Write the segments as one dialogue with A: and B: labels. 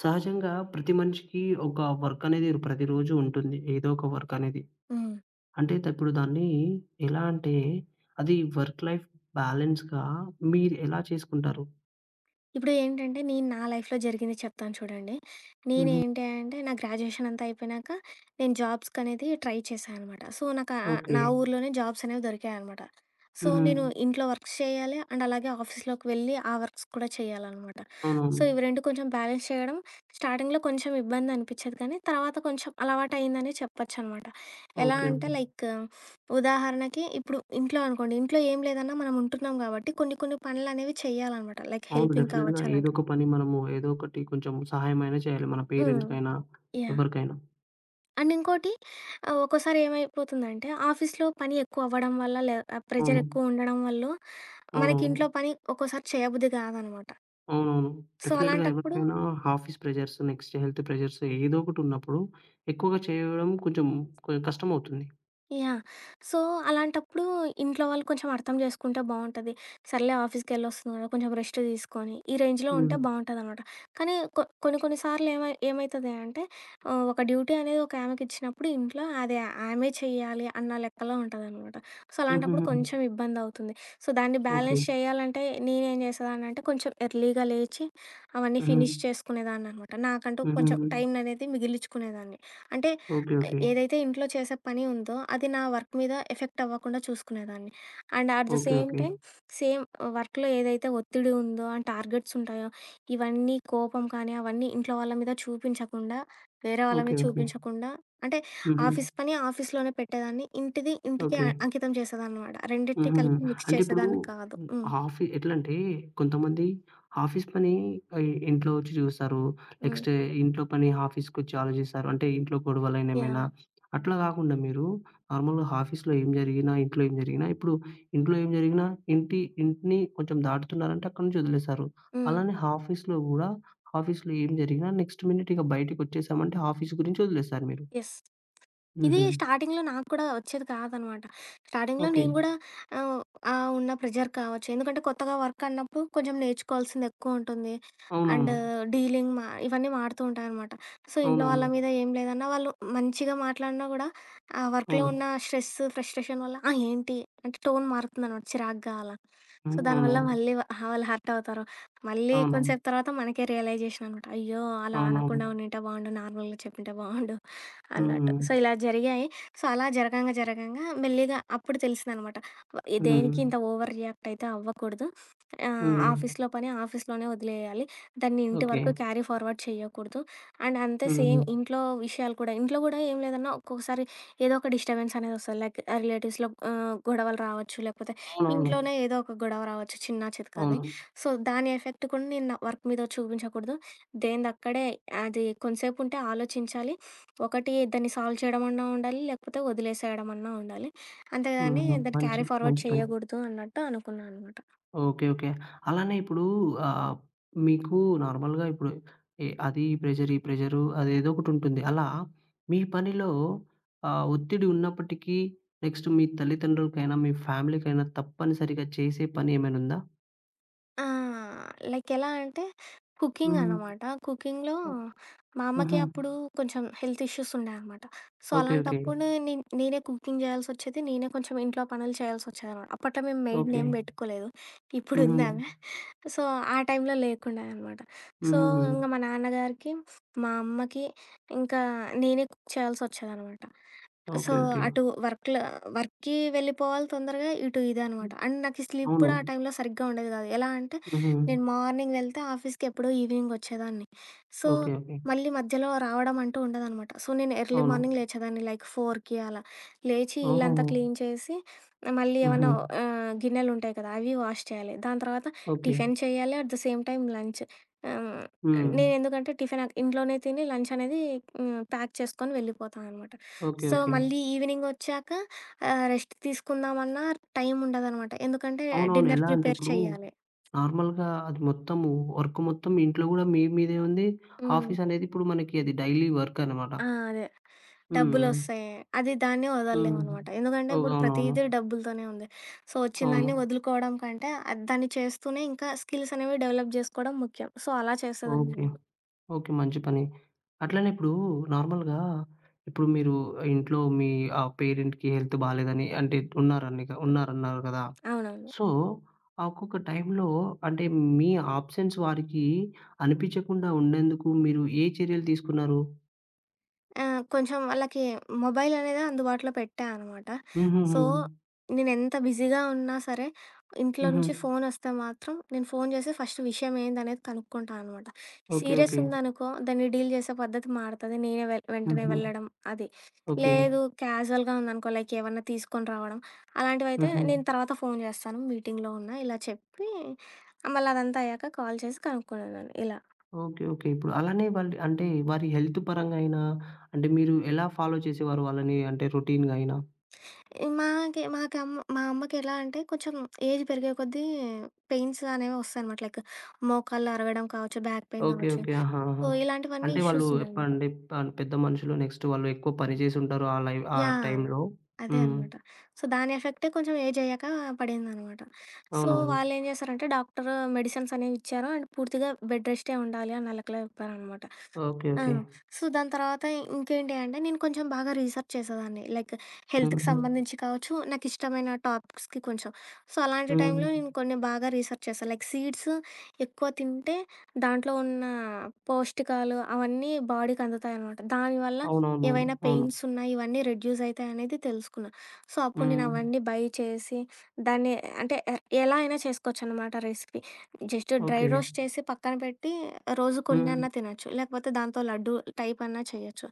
A: సహజంగా ప్రతి మనిషికి ఒక వర్క్ అనేది ప్రతిరోజు ఉంటుంది. ఏదో ఒక వర్క్ అనేది.
B: హ్మ్.
A: అంటే ఇప్పుడు దాన్ని ఎలా అంటే అది వర్క్ లైఫ్ బ్యాలెన్స్‌గా మీరు ఎలా చేసుకుంటారు?
B: ఇప్పుడు ఏంటంటే నేను నా లైఫ్‌లో జరిగింది చెప్తాను చూడండి.
A: హుహు.
B: నేనేంటి అంటే నా గ్రాడ్యుయేషన్ అంతా అయిపోయినాక నేను జాబ్స్‌కనేది ట్రై చేశా అనమాట. సో, నాకు
A: ఓకే.
B: నా ఓకే. ఊర్లోనే జాబ్స్ అనేవి దొరికాయనమాట. సో,
A: హుహు.
B: నేను ఇంట్లో వర్క్స్ చేయాలి అండ్ అలాగే ఆఫీస్‌లోకి వెళ్ళి ఆ వర్క్స్ కూడా చేయాలనమాట. సో,
A: అవునవును.
B: ఇవి 2 కొంచెం బ్యాలెన్స్ చేయడం స్టార్టింగ్‌లో కొంచెం ఇబ్బంది అనిపిచ్చేది కానీ తర్వాత కొంచెం అలవాటయిందనే చెప్పొచ్చనమాట. ఎలా
A: ఓకే.
B: అంటే
A: ఓకే.
B: లైక్ ఉదాహరణకి ఇప్పుడు ఇంట్లో అనుకోండి. ఇంట్లో ఏం లేదన్నా మనం ఉంటున్నాం గాబట్టి కొన్ని కొన్ని పనులనేవి చెయ్యాలనమాట. లైక్
A: అవును.
B: హెల్పింగ్
A: డెఫినిట్‌గా
B: కావచ్చు
A: ఏదో
B: అలాంటివి.
A: ఒక పని మనము ఏదో ఒకటి కొంచెం సహాయమైనా చేయాలి. మన
B: హ్మ్.
A: పేరెంట్స్‌కైనా,
B: యాహ్!
A: ఎవరికైనా.
B: అండ్ ఇంకోటి ఒక్కోసారి ఏమైపోతుందంటే ఆఫీస్‌లో పని ఎక్కువ అవ్వడం వల్ల ప్రెషర్
A: అవును.
B: ఎక్కువ ఉండడం వల్లో మనకి
A: అవునవును.
B: ఇంట్లో పని ఒక్కోసారి చేయబుద్ధి గాదనమాట.
A: అవునవును.
B: సో,
A: డెఫినిట్‌గా
B: అలాంటప్పుడు
A: ఎవరికైనా office pressures, next health pressures ఏదో ఒకటి ఉన్నప్పుడు ఎక్కువగా చేయడం కొంచెం కష్టమవుతుంది.
B: యాహ్! సో, అలాంటప్పుడు ఇంట్లో వాళ్ళు కొంచెం అర్థం చేసుకుంటే బావుంటది. సర్లే ఆఫీస్‌కెళ్ళొస్తుంది కదా! కొంచెం రెస్ట్ తీసుకొని, ఈ రేంజ్‌లో ఉంటే
A: హ్మ్.
B: బావుంటదనమాట. కానీ కొన్ని కొన్ని సార్లు ఏమైతది అంటే ఒక డ్యూటీ అనేది ఒక ఆమెకిచ్చినప్పుడు ఇంట్లో అది ఆమె చెయ్యాలి అన్న లెక్కలో ఉంటదనమాట. సో, అలాంటప్పుడు
A: హుహుహు.
B: కొంచెం ఇబ్బందవుతుంది. సో, దాన్ని
A: ఓకే.
B: బ్యాలెన్స్ చేయాలంటే నేనేం చేసేదాన్నంటే కొంచెం ఎర్లీగా లేచి అవన్నీ
A: హుహు.
B: ఫినిష్ చేసుకునేదాన్ననమాట. నాకంటూ కొంచెం
A: హుహు.
B: టైం అనేది మిగిలిచ్చుకునేదాన్ని. అంటే
A: ఓకే. ఓకే.
B: ఏదైతే ఇంట్లో చేసే పని ఉందో, అది నా వర్క్ మీద ఎఫెక్ట్ అవ్వకుండా చూసుకునేదాన్ని. And at the
A: okay.
B: Same
A: okay.
B: Time same వర్క్‌లో ఏదైతే ఒత్తిడి ఉందో అండ్ టార్గెట్స్ ఉంటాయో, ఇవన్నీ కోపం కానీ, అవన్నీ ఇంట్లో వాళ్ళ మీద చూపించకుండా, వేరే వాళ్ళ మీద
A: ఓకే. ఓకే.
B: చూపించకుండా అంటే
A: హుహు.
B: ఆఫీస్ పని ఆఫీస్‌లోనే పెట్టేదాన్ని. ఇంటిది ఇంటికే
A: ఓకే.
B: అంకితం చేసేదాన్నమాట. రెండిటిని
A: హుహు.
B: కలిపి మిక్స్
A: అంటే ఇప్పుడు
B: చేసేదాన్ని కాదు.
A: హ్మ్.
B: హ్మ్.
A: ఎట్లంటే కొంతమంది ఆఫీస్ పని ఆహ్, ఇంట్లో వచ్చి చూస్తారు.
B: హ్మ్.
A: నెక్స్ట్ ఇంట్లో పని ఆఫీస్‌కొచ్చి ఆలోచిస్తారు. అంటే ఇంట్లో గొడవలైనేమైనా
B: యాహ్!
A: అట్లా గాకుండా మీరు నార్మల్‌గా ఆఫీస్‌లో ఏం జరిగినా, ఇంట్లో ఏం జరిగినా ఇప్పుడు ఇంట్లో ఏం జరిగినా ఇంటిని కొంచెం దాటుతున్నారంటే అక్కడి నుంచి వదిలేస్తారు.
B: హ్మ్.
A: అలానే ఆఫీస్‌లో గూడా ఆఫీస్‌లో ఏం జరిగినా నెక్స్ట్ మినిట్ ఇక బయటికొచ్చేసామంటే ఆఫీస్ గురించి వదిలేస్తారు మీరు.
B: యెస్. ఇది
A: హుహు.
B: స్టార్టింగ్‌లో నాకు కూడా వచ్చేది కాదనమాట. స్టార్టింగ్‌లో
A: ఓకే.
B: నేను గూడా ఆహ్, ఆ ఉన్న ప్రెషర్ కావచ్చు. ఎందుకంటే కొత్తగా వర్క్ అన్నప్పుడు కొంచెం నేర్చుకోవాల్సింది ఎక్కువుంటుంది. అండ్
A: అవునవును.
B: డీలింగ్ మా ఇవన్నీ మారుతూ ఉంటాయనమాట. సో, ఇంట్లో
A: అవునవును.
B: వాళ్ళ మీద ఏం లేదన్నా వాళ్ళు మంచిగా మాట్లాడినా గూడా ఆ వర్క్‌లో
A: అవును.
B: ఉన్న స్ట్రెస్, ఫ్రస్ట్రేషన్ వల్ల ఆ! ఏంటి అంటే టోన్ మారుతుందనమాట చిరాగ్గా అలా.
A: హ్మ్.
B: సో,
A: అవునవును.
B: దానివల్ల మళ్ళీ వాళ్ళు హర్ట్ అవుతారు. మళ్ళీ
A: అవునవును.
B: కొంసేపు తర్వాత మనకే రియలైజేషన్ అనమాట. అయ్యో! అలా
A: అవునవును.
B: అనకుండా ఉండింటే బావుండు. నార్మల్‌గా చెప్పుంటే బావుండు. అన్నట్టు.
A: హ్మ్.
B: సో, ఇలా జరిగాయి. సో, అలా జరగంగా, జరగంగా మెల్లిగా అప్పుడు తెలిసిందనమాట.
A: హ్మ్.
B: దేనికి ఇంత ఓవర్ రియాక్ట్ అయితే అవ్వకూడదు.
A: హ్మ్.
B: ఆఫీస్‌లో పని ఆఫీస్‌లోనే వదిలేయాలి. దాన్ని ఇంటి
A: ఓకే.
B: వరకు క్యారీ ఫార్వర్డ్ చేయకూడదు. అండ్ అంతే
A: హ్మ్.
B: సేమ్ ఇంట్లో విషయాలు కూడా ఇంట్లో గూడా ఏం లేదన్నా ఒక్కొక్కసారి ఏదో ఒక డిస్టర్బెన్స్ అనేది వస్తది. లైక్ రిలేటివ్స్‌లో గొడవలు రావచ్చు. లేకపోతే
A: అవునవును.
B: ఇంట్లోనే ఏదో ఒక గొడవ రావచ్చు చిన్నా చితకాది.
A: అవును.
B: సో, దాని ఎఫెక్ట్ కూడా నేను నా వర్క్ మీద చూపించకూడదు. దేనిదక్కడే అది కొంతసేపు ఉంటే ఆలోచించాలి. ఒకటి దాన్ని సాల్వ్ చేయడం అన్నా ఉండాలి, లేకపోతే వదిలేసేయడం అన్నా ఉండాలి. అంతేగాని
A: హుహు.
B: దాన్ని
A: మంచి,
B: క్యారీ ఫార్వర్డ్
A: మంచి పని.
B: చేయగూడదు అన్నట్టు అనుకున్నా అనమాట.
A: ఓకే. ఓకే. అలానే ఇప్పుడు ఆహ్, మీకు నార్మల్‌గా ఇప్పుడు అది ప్రెషర్, ఈ ప్రెషరు అదేదో ఒకటుంటుంది. అలా మీ పనిలో ఆహ్, ఒత్తిడి ఉన్నప్పటికీ నెక్స్ట్ మీ తల్లిదండ్రులకైనా, మీ ఫ్యామిలీకైనా తప్పనిసరిగా చేసే పని ఏమైనుందా?
B: ఆ! లైక్ ఎలా అంటే కుకింగ్
A: హ్మ్.
B: అనమాట. కుకింగ్‌లో
A: ఓహ్!
B: మా అమ్మకి
A: హుహు.
B: అప్పుడు కొంచెం హెల్త్ ఇష్యూస్ ఉన్నాయన్నమాట. So,
A: okay. ఓకే.
B: అలాంటప్పుడు నేనే కుకింగ్ చేయాల్సొచ్చేది. నేనే కొంచెం ఇంట్లో పనులు చేయాల్సొచ్చేదనమాట. అప్పట్లో మేము
A: ఓకే.
B: మెయిడ్‌నేం పెట్టుకోలేదు.
A: హుహు.
B: ఇప్పుడుంది ఆమె. సో, ఆ టైంలో లేకుండే అనమాట. సో,
A: హుహుహు.
B: ఇంక మా నాన్నగారికి, మా అమ్మకి ఇంకా నేనే కుక్ చేయాల్సొచ్చేదనమాట. So,
A: okay. ఓకే.
B: అటు వర్క్‌లో వర్క్‌కి వెళ్ళిపోవాలి తొందరగా. ఇటు ఇదనమాట. అండ్ నాకు ఈ స్లీప్
A: అవును.
B: కూడా ఆ టైంలో సరిగ్గా ఉండేది కాదు. ఎలా అంటే
A: హుహు.
B: నేను మార్నింగ్ వెళ్తే ఆఫీస్‌కి ఎప్పుడో ఈవినింగ్ వచ్చేదాన్ని. So,
A: okay. ఓకే.
B: మళ్ళీ మధ్యలో రావడం అంటూ ఉండదనమాట. సో, నేను ఎర్లీ
A: అవును.
B: మార్నింగ్ లేచేదాన్ని లైక్ 4కి అలా. లేచి ఇల్లంతా
A: ఓహోహో!
B: క్లీన్ చేసి మళ్ళీ ఏమన్నా
A: హుహు.
B: గిన్నెలుంటాయి కదా! అవి వాష్ చేయాలి. దాని తర్వాత
A: ఓకే.
B: టిఫిన్ చేయాలి. At the same time lunch. Ah,
A: hmm.
B: నేనెందుకంటే tiffin ఇంట్లోనే తిని లంచ్ అనేది హ్మ్, ప్యాక్ చేసుకొని వెళ్ళిపోతాననమాట.
A: ఓకే.
B: So,
A: okay.
B: మళ్ళీ ఈవినింగొచ్చాక రెస్ట్ తీసుకుందామన్నా టైముండదనమాట. ఎందుకంటే
A: అవునవును.
B: డిన్నర్
A: ఎలా అంటే
B: ప్రిపేర్
A: ఇప్పుడు
B: చెయ్యాలి.
A: నార్మల్‌గా అది మొత్తము వర్క్ మొత్తం మీ ఇంట్లో గూడా మీ మీదే ఉంది.
B: హ్మ్.
A: ఆఫీస్ అనేది ఇప్పుడు మనకి అది డైలీ వర్క్ అనమాట.
B: ఆ! అదే.
A: హ్మ్.
B: డబ్బులొస్తాయి. అది దాన్ని
A: హ్మ్.
B: వదలలేమనమాట. ఎందుకంటే
A: ఓహ్!
B: ఇప్పుడు
A: అవునవును.
B: ప్రతీదీ డబ్బులతోనే ఉంది. సో, వచ్చిన
A: అవును.
B: దాన్ని వదులుకోవడం కంటే దాన్ని చేస్తూనే ఇంకా స్కిల్స్ అనేవి డెవలప్ జేసుకోవడం ముఖ్యం. సో, అలా చేసేదాన్ని
A: ఓకే.
B: నేను.
A: ఓకే. మంచి పని. అట్లనే ఇప్పుడు నార్మల్‌గా ఇప్పుడు మీరు ఇంట్లో మీ ఆహ్, పేరెంట్‌కి హెల్త్ బాలేదని అంటే ఉన్నారని ఉన్నారన్నారు కదా!
B: అవునవును.
A: సో, ఆ ఒక్కొక్క టైంలో అంటే మీ అబ్సెన్స్ వారికి అనిపించకుండా ఉండేందుకు మీరు ఏ చర్యలు తీసుకున్నారు?
B: ఆ! కొంచెం వాళ్ళకి మొబైల్ అనేది అందుబాటులో పెట్టా అనమాట.
A: హుహుహు.
B: సో, నేనెంత బిజీగా ఉన్నా సరే, ఇంట్లో
A: హుహు.
B: నుంచి ఫోనొస్తే మాత్రం నేను ఫోను చేసి ఫస్ట్ విషయం ఏందనేది కనుక్కుంటా అనమాట.
A: ఓకే.
B: Serious
A: okay.
B: ఉందనుకో దాన్ని డీల్ చేసే పద్ధతి మారతది. నేనే వెంటనే
A: హుహు.
B: వెళ్ళడం అది.
A: ఓకే.
B: లేదు క్యాజువల్‌గా ఉందనుకో లైక్ ఏమన్నా తీసుకొని రావడం, అలాంటివైతే
A: హుహు.
B: నేను తర్వాత ఫోను చేస్తాను మీటింగ్‌లో ఉన్నా ఇలా చెప్పి, మళ్ళీ అదంతా అయ్యాక కాల్ చేసి కనుక్కునేదాన్ని ఇలా.
A: ఓకే. ఓకే. ఇప్పుడు అలానే వాళ్ళు అంటే వారి హెల్త్ పరంగా అయినా అంటే మీరు ఎలా ఫాలో చేసేవారు వాళ్ళని అంటే రొటీన్‌గా అయినా?
B: మాకి మాకి అమ్మ మా అమ్మకెలా అంటే కొంచెం ఏజ్ పెరిగే కొద్దీ పెయిన్స్ అనేవి వస్తాయనమాట. లైక్ మోకాళ్ళు అరగడం కావచ్చు, బ్యాక్ పెయిన్
A: ఓకే.
B: కావచ్చు.
A: ఓకే. ఆహా!
B: సో,
A: ఆహా!
B: ఇలాంటివన్నీ
A: అంటే వాళ్ళు
B: ఇష్యూస్ ఉన్నాయనమాట.
A: ఎప్పండి పన్ పెద్ద మనుషులు నెక్స్ట్ వాళ్ళు ఎక్కువ పని చేసి ఉంటారు. ఆ లైవ్ ఆ
B: యాహ్!
A: టైంలో.
B: అదే
A: హ్మ్.
B: అనమాట. సో, దాని ఎఫెక్టే కొంచెం ఏజ్ అయ్యాక పడిందనమాట. సో,
A: అవునవును.
B: వాళ్ళేం చేశారంటే డాక్టరు మెడిసిన్స్ అనేవి ఇచ్చారు. అండ్ పూర్తిగా బెడ్ రెస్టే ఉండాలి అని నా లెక్కలో చెప్పారనమాట.
A: ఓకే.
B: ఆ!
A: ఓకే.
B: సో, దాని తర్వాత ఇంకేంటి అంటే నేను కొంచెం బాగా రీసెర్చ్ చేసేదాన్ని. లైక్ హెల్త్‌కి
A: హుహు.
B: సంబంధించి కావచ్చు, నాకిష్టమైన టాపిక్స్‌కి కొంచెం. సో, అలాంటి
A: హ్మ్.
B: టైంలో నేను కొన్ని బాగా రీసెర్చ్ చేశాను. లైక్ సీడ్స్ ఎక్కువ తింటే దాంట్లో ఉన్న పౌష్టికాలు అవన్నీ బాడీకి అందుతాయనమాట. దానివల్ల
A: అవునవునవును.
B: ఏవైనా
A: అవును.
B: పెయిన్స్ ఉన్నా ఇవన్నీ రెడ్యూస్ అయితాయనేది తెలుసుకున్నా. సో, అప్పుడు నేను
A: హ్మ్.
B: అవన్నీ బై చేసి దాన్ని అంటే ఎలా అయినా చేసుకోవచ్చనమాట recipe. Just dry
A: okay.
B: Roast చేసి పక్కన పెట్టి రోజు
A: హ్మ్.
B: కొన్నన్నా తినొచ్చు. లేకపోతే దాంతో లడ్డు టైప్ అన్నా చేయొచ్చు.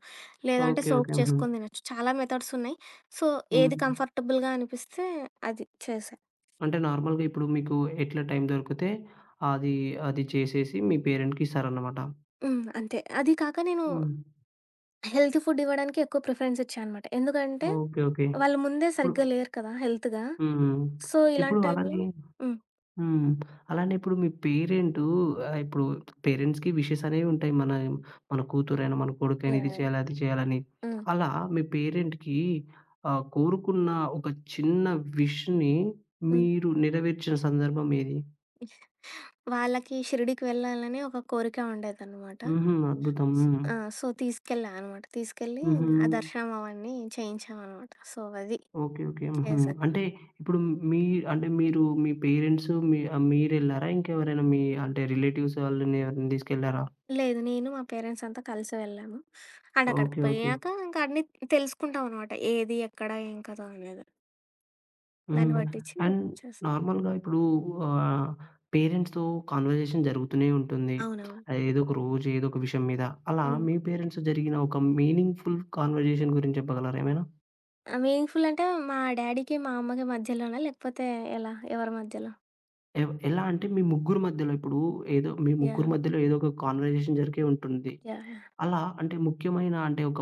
B: లేదంటే
A: ఓకే.
B: Soak
A: okay. హుహు.
B: చేసుకొని తినొచ్చు. చాలా మెథడ్స్ ఉన్నాయి. సో, ఏది
A: హ్మ్.
B: కంఫర్టబుల్‌గా అనిపిస్తే అది చేశా.
A: అంటే నార్మల్‌గా ఇప్పుడు మీకు ఎట్లా టైం దొరికితే అది, అది చేసేసి మీ పేరెంట్‌కిస్తారన్నమాట.
B: హ్మ్. అంతే. అది కాక నేను
A: హ్మ్.
B: హెల్తీ ఫుడ్ ఇవ్వడానికి ఎక్కువ ప్రిఫరెన్స్ ఇచ్చా అనమాట. ఎందుకంటే
A: ఓకే. ఓకే.
B: వాళ్ళు ముందే
A: ఇప్పుడు
B: సరిగ్గా లేరు కదా! హెల్త్‌గా.
A: హ్మ్.
B: సో,
A: ఇప్పుడు
B: ఇలాంటి టైంలో
A: అలానే
B: హ్మ్.
A: హ్మ్. అలానే ఇప్పుడు మీ పేరెంటు ఆహ్, ఇప్పుడు పేరెంట్స్‌కి విషెస్ అనేవుంటాయి. మన మన కూతురైనా, మన కొడుకైనా
B: యాహ్!
A: ఇది
B: యాహ్!
A: చేయాలి, అది చేయాలని.
B: హ్మ్.
A: అలా మీ పేరెంట్‌కి ఆహ్, కోరుకున్న ఒక చిన్న విష్‌ని
B: హ్మ్.
A: మీరు నెరవేర్చిన సందర్భం ఏది?
B: వాళ్ళకి షిరిడీకి వెళ్ళాలని ఒక కోరిక ఉండేదనమాట.
A: హుహు. అద్భుతం. హ్మ్.
B: ఆ! సో, తీసుకెళ్ళా అనమాట. తీసుకెళ్ళి
A: హుహు.
B: ఆ దర్శనం అవన్నీ చేయించామనమాట. సో, అది
A: ఓకే. ఓకే. హుహు.
B: చేశా.
A: అంటే ఇప్పుడు మీ అంటే మీరు మీ పేరెంట్స్ మీ ఆహ్, మీరెళ్లారా? ఇంకెవరైనా మీ అంటే రిలేటివ్స్ వాళ్ళని ఎవరిని తీసుకెళ్లారా?
B: లేదు. నేను మా పేరెంట్స్ అంతా కలిసి వెళ్ళాము. అండ్ అక్కడికి
A: ఓకే. ఓకే.
B: పోయాక ఇంకా అన్నీ తెలుసుకుంటాం అనమాట. ఏది, ఎక్కడ, ఏం కథ అనేది. దాన్ని
A: హ్మ్.
B: పట్టించి
A: అండ్
B: చేస్తాం.
A: నార్మల్‌గా ఇప్పుడు ఆహ్, పేరెంట్స్‌తో కన్వర్జేషన్ జరుగుతూనే ఉంటుంది.
B: అవునవును.
A: ఏదో ఒక రోజు, ఏదో ఒక విషయం మీద. అలా
B: హ్మ్.
A: మీ పేరెంట్స్‌తో జరిగిన ఒక మీనింగ్‌ఫుల్ కన్వర్జేషన్ గురించి చెప్పగలరా ఏమైనా?
B: మీనింగ్‌ఫుల్ అంటే మా డ్యాడీకి, మా అమ్మకి మధ్యలోనా? లేకపోతే ఎలా? ఎవరి మధ్యలో?
A: ఎలా అంటే మీ ముగ్గురు మధ్యలో ఇప్పుడు ఏదో మీ ముగ్గురు
B: యాహ్!
A: మధ్యలో ఏదో ఒక కన్వర్జేషన్ జరిగే ఉంటుంది.
B: యాహ్! యాహ్!
A: అలా అంటే ముఖ్యమైన అంటే ఒక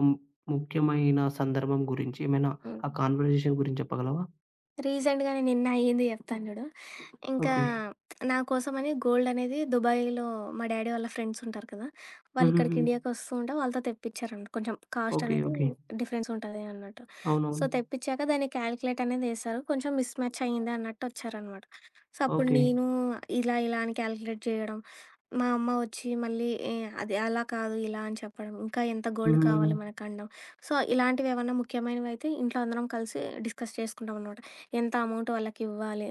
A: ముఖ్యమైన సందర్భం గురించి ఏమైనా
B: హ్మ్.
A: ఆ కన్వర్జేషన్ గురించి చెప్పగలవా?
B: రీసెంట్‌గానే నిన్న అయ్యింది జెప్తాను జూడు. ఇంకా
A: ఓకే.
B: నా కోసమని గోల్డ్ అనేది దుబాయ్‌లో మా డ్యాడీ వాళ్ళ ఫ్రెండ్స్ ఉంటారు కదా! వాళ్ళిక్కడికి
A: హుహుహు.
B: ఇండియాకి వస్తూ ఉంటే వాళ్ళతో తెప్పిచ్చారనమాట. కొంచెం కాస్ట్
A: ఓకే.
B: అనేది
A: ఓకే.
B: డిఫరెన్స్ ఉంటది అన్నట్టు. సో,
A: అవునవును.
B: తెప్పిచ్చాక దాన్ని క్యాలిక్యులేట్ అనేది ఏశారు. కొంచెం మిస్ మ్యాచ్ అయింది అన్నట్టు ఒచ్చారనమాట. సో, అప్పుడు
A: ఓకే.
B: నేను ఇలా, ఇలా అని క్యాలిక్యులేట్ జేయడం, మా అమ్మ ఒచ్చి మళ్ళీ అది అలా కాదు, ఇలా అని చెప్పడం, ఇంకా ఎంత గోల్డ్
A: హ్మ్.
B: కావాలి మనకనడం. సో, ఇలాంటివేవన్నా ముఖ్యమైనవైతే ఇంట్లో అందరం కలిసి డిస్కస్ చేసుకుంటామనమాట. ఎంత అమౌంట్ వాళ్ళకివ్వాలి?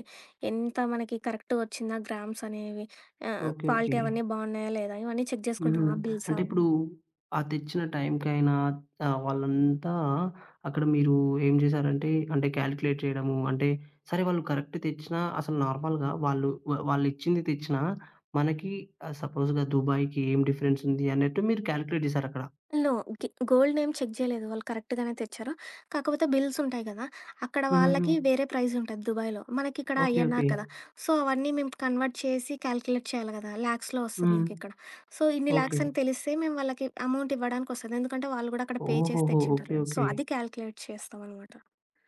B: ఎంత మనకి కరెక్ట్ వచ్చిందా గ్రామ్స్ అనేవి?
A: ఓకే. ఓకే.
B: క్వాలిటీ అవన్నీ బాగున్నాయా లేదా? ఇవన్నీ చెక్
A: హుహు.
B: జేసుకుంటావా బిల్స్
A: అంటే
B: అవన్నీ?
A: ఇప్పుడు ఆ తెచ్చిన టైంకైనా ఆహ్, వాళ్ళంతా అక్కడ మీరు ఏం చేశారంటే, అంటే కాలిక్యులేట్ చేయడము, అంటే సరే వాళ్ళు కరెక్ట్ తెచ్చినా అసలు నార్మల్‌గా వాళ్ళు వాళ్ళిచ్చింది తెచ్చినా మనకి ఆహ్, సపోజ్‌గా దుబాయ్‌కి ఏం డిఫరెన్స్ ఉంది అన్నట్టు మీరు కాలిక్యులేట్ చేశారక్కడ.
B: నో. గోల్డేం చెక్ జేయలేదు. వాళ్ళు కరెక్ట్‌గానే తెచ్చారు. కాకపోతే బిల్స్ ఉంటాయి గదా! అక్కడ
A: హుహుహు.
B: వాళ్ళకి వేరే ప్రైజ్ ఉంటది దుబాయ్‌లో. మనకిక్కడ
A: ఓకే.
B: INR
A: okay.
B: కదా! సో, అవన్నీ మేము కన్వర్ట్ చేసి కాలిక్యులేట్ చేయాలి గదా! లాక్స్‌లో వస్తది
A: హ్మ్.
B: మాకిక్కడ. సో, ఇన్ని
A: ఓకే.
B: లాక్స్ అని తెలిస్తే మేము వాళ్ళకి అమౌంట్ ఇవ్వడానికొస్తది. ఎందుకంటే వాళ్ళు గూడా అక్కడ పే చేసి
A: ఓహోహో!
B: తెచ్చుంటారు
A: ఓకే.
B: గదా! So,
A: okay.
B: అది కాలిక్యులేట్ చేస్తామనమాట.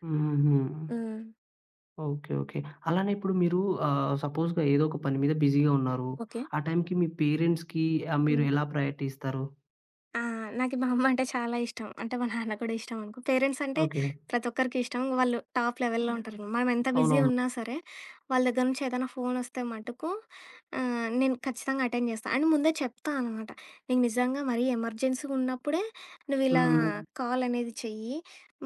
A: హుహుహు.
B: హ్మ్.
A: ఓకే. ఓకే. అలానే ఇప్పుడు మీరు ఆహ్, సపోజ్‌గా ఏదో ఒక పని మీద బిజీగా ఉన్నారు.
B: ఓకే.
A: ఆ టైంకి మీ పేరెంట్స్‌కి ఆహ్, మీరు ఎలా ప్రయారిటీ ఇస్తారు?
B: ఆ! నాకి మా అమ్మ అంటే చాలా ఇష్టం. అంటే మా నాన్న కూడా ఇష్టం అనుకో. పేరెంట్స్ అంటే
A: ఓకే.
B: ప్రతి ఒక్కరికి ఇష్టం. వాళ్ళు టాప్ లెవెల్‌లో హ్మ్. ఉంటారనమాట. మనం ఎంత బిజీ
A: అవునవును.
B: ఉన్నా సరే, వాళ్ళ దగ్గర నుంచి ఏదైనా ఫోనొస్తే మటుకు నేను ఖచ్చితంగా అటెండ్ చేస్తా. అండ్ ముందే చెప్తా అనమాట. నీకు నిజంగా మరీ ఎమర్జెన్సీ ఉన్నప్పుడే నువ్వు ఇలా
A: హ్మ్.
B: కాల్ అనేది చెయ్యి.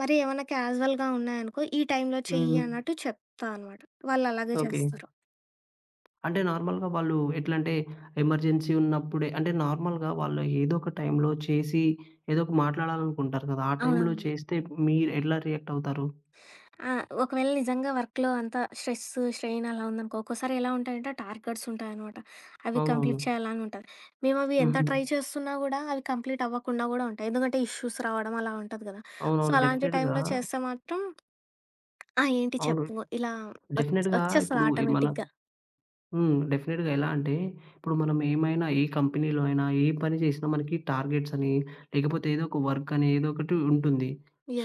B: మరి ఏమన్నా క్యాజువల్‌గా ఉన్నాయనుకో, ఈ టైంలో చెయ్యి
A: హ్మ్.
B: అన్నట్టు చెప్తా అనమాట. వాళ్ళు అలాగే
A: ఓకే.
B: చేస్తారు.
A: అంటే నార్మల్‌గా వాళ్ళు ఎట్లంటే ఎమర్జెన్సీ ఉన్నప్పుడే అంటే నార్మల్‌గా వాళ్ళు ఏదో ఒక టైంలో చేసి ఏదో ఒక మాట్లాడాలనుకుంటారు కదా! ఆ టైంలో
B: అవునవును.
A: చేస్తే మీరు ఎట్లా రియాక్ట్ అవుతారు?
B: ఆ! ఒకవేళ నిజంగా వర్క్‌లో అంతా స్ట్రెస్, స్ట్రెయిన్ అలా ఉందనుకో, ఒక్కోసారి ఎలా ఉంటాయంటే టార్గెట్స్ ఉంటాయనమాట. అవి
A: అవునవును.
B: కంప్లీట్ చేయాలని ఉంటది. మేము అవి ఎంత
A: హుహు.
B: ట్రై చేస్తున్నా గూడా అవి కంప్లీట్ అవ్వకుండా గూడా ఉంటాయి. ఎందుకంటే ఇష్యూస్ రావడం అలా ఉంటది గదా! సో,
A: అవునవును.
B: అలాంటి
A: డెఫినెట్‌గా
B: టైంలో చేస్తే మాత్రం "ఆ! ఏంటి
A: అవును.
B: చెప్పు" ఇలా వచ్
A: డెఫినెట్‌గా
B: వచ్చేస్తది
A: ఇప్పుడు మన
B: ఆటోమేటిక్‌గా.
A: హ్మ్. డెఫినిట్‌గా. ఎలా అంటే, ఇప్పుడు మనం ఏమైనా ఏ కంపెనీలో అయినా, ఏ పని చేసినా మనకి టార్గెట్స్ అని, లేకపోతే ఏదో ఒక వర్క్ అని ఏదో ఒకటి ఉంటుంది.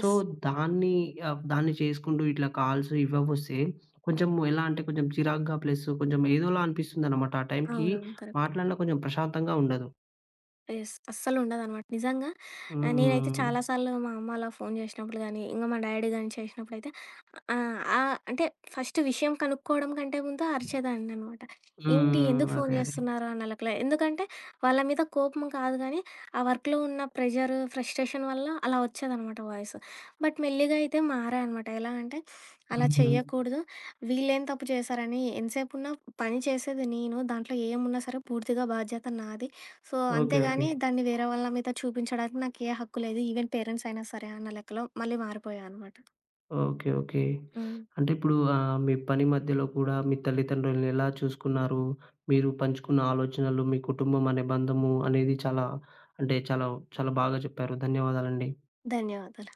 A: సో, దాన్ని ఆహ్, దాన్ని చేసుకుంటూ ఇట్లా కాల్స్ ఇవవొస్తే కొంచెం ఎలా అంటే, కొంచెం చిరాకుగా ప్లస్ కొంచెం ఏదోలా అనిపిస్తుందనమాట. ఆ టైంకి
B: అవునవును. కరెక్ట్.
A: మాట్లాడినా కొంచెం ప్రశాంతంగా ఉండదు.
B: యెస్. అస్సలుండదనమాట. నిజంగా నేనైతే
A: హ్మ్.
B: చాలా సార్లు మా అమ్మ అలా ఫోను చేసినప్పుడు గానీ, ఇంగా మా డ్యాడీ గానీ చేసినప్పుడైతే ఆహ్, ఆహ్, అంటే ఫస్ట్ విషయం కనుక్కోవడం కంటే ముందు అరిచేదాన్ననమాట. ఏంటి?
A: హ్మ్.
B: ఎందుకు ఫోను
A: అదే. అదే.
B: చేస్తున్నారు? అన్న లెక్కలో. ఎందుకంటే, వాళ్ళ మీద కోపం కాదు గానీ, ఆ వర్క్‌లో ఉన్న ప్రెషర్, ఫ్రస్ట్రేషన్ వల్ల అలా వచ్చేదనమాట వాయిస్. బట్ మెల్లిగా అయితే మారా అనమాట. ఎలా అంటే, అలా
A: హ్మ్.
B: చెయ్యకూడదు. వీళ్ళేం తప్పు చేశారని ఎంతసేపున్నా పని చేసేది నేను. దాంట్లో ఏమున్నా సరే పూర్తిగా బాధ్యత నాది. So,
A: okay. ఓకే.
B: అంతేగాని దాన్ని వేరే వాళ్ళ మీద చూపించడానికి నాకే హక్కు లేదు. ఈవెన్ పేరెంట్స్ అయినా సరే అన్న లెక్కలో మళ్ళీ మారిపోయా అనమాట.
A: ఓకే. ఓకే.
B: హ్మ్.
A: అంటే ఇప్పుడు ఆహ్, మీ పని మధ్యలో కూడా మీ తల్లిదండ్రులని ఎలా చూసుకున్నారు? మీరు పంచుకున్న ఆలోచనలు, మీ కుటుంబం అనే బంధము అనేది చాలా అంటే చాలా చాలా బాగా చెప్పారు. ధన్యవాదాలండి.
B: ధన్యవాదాలు.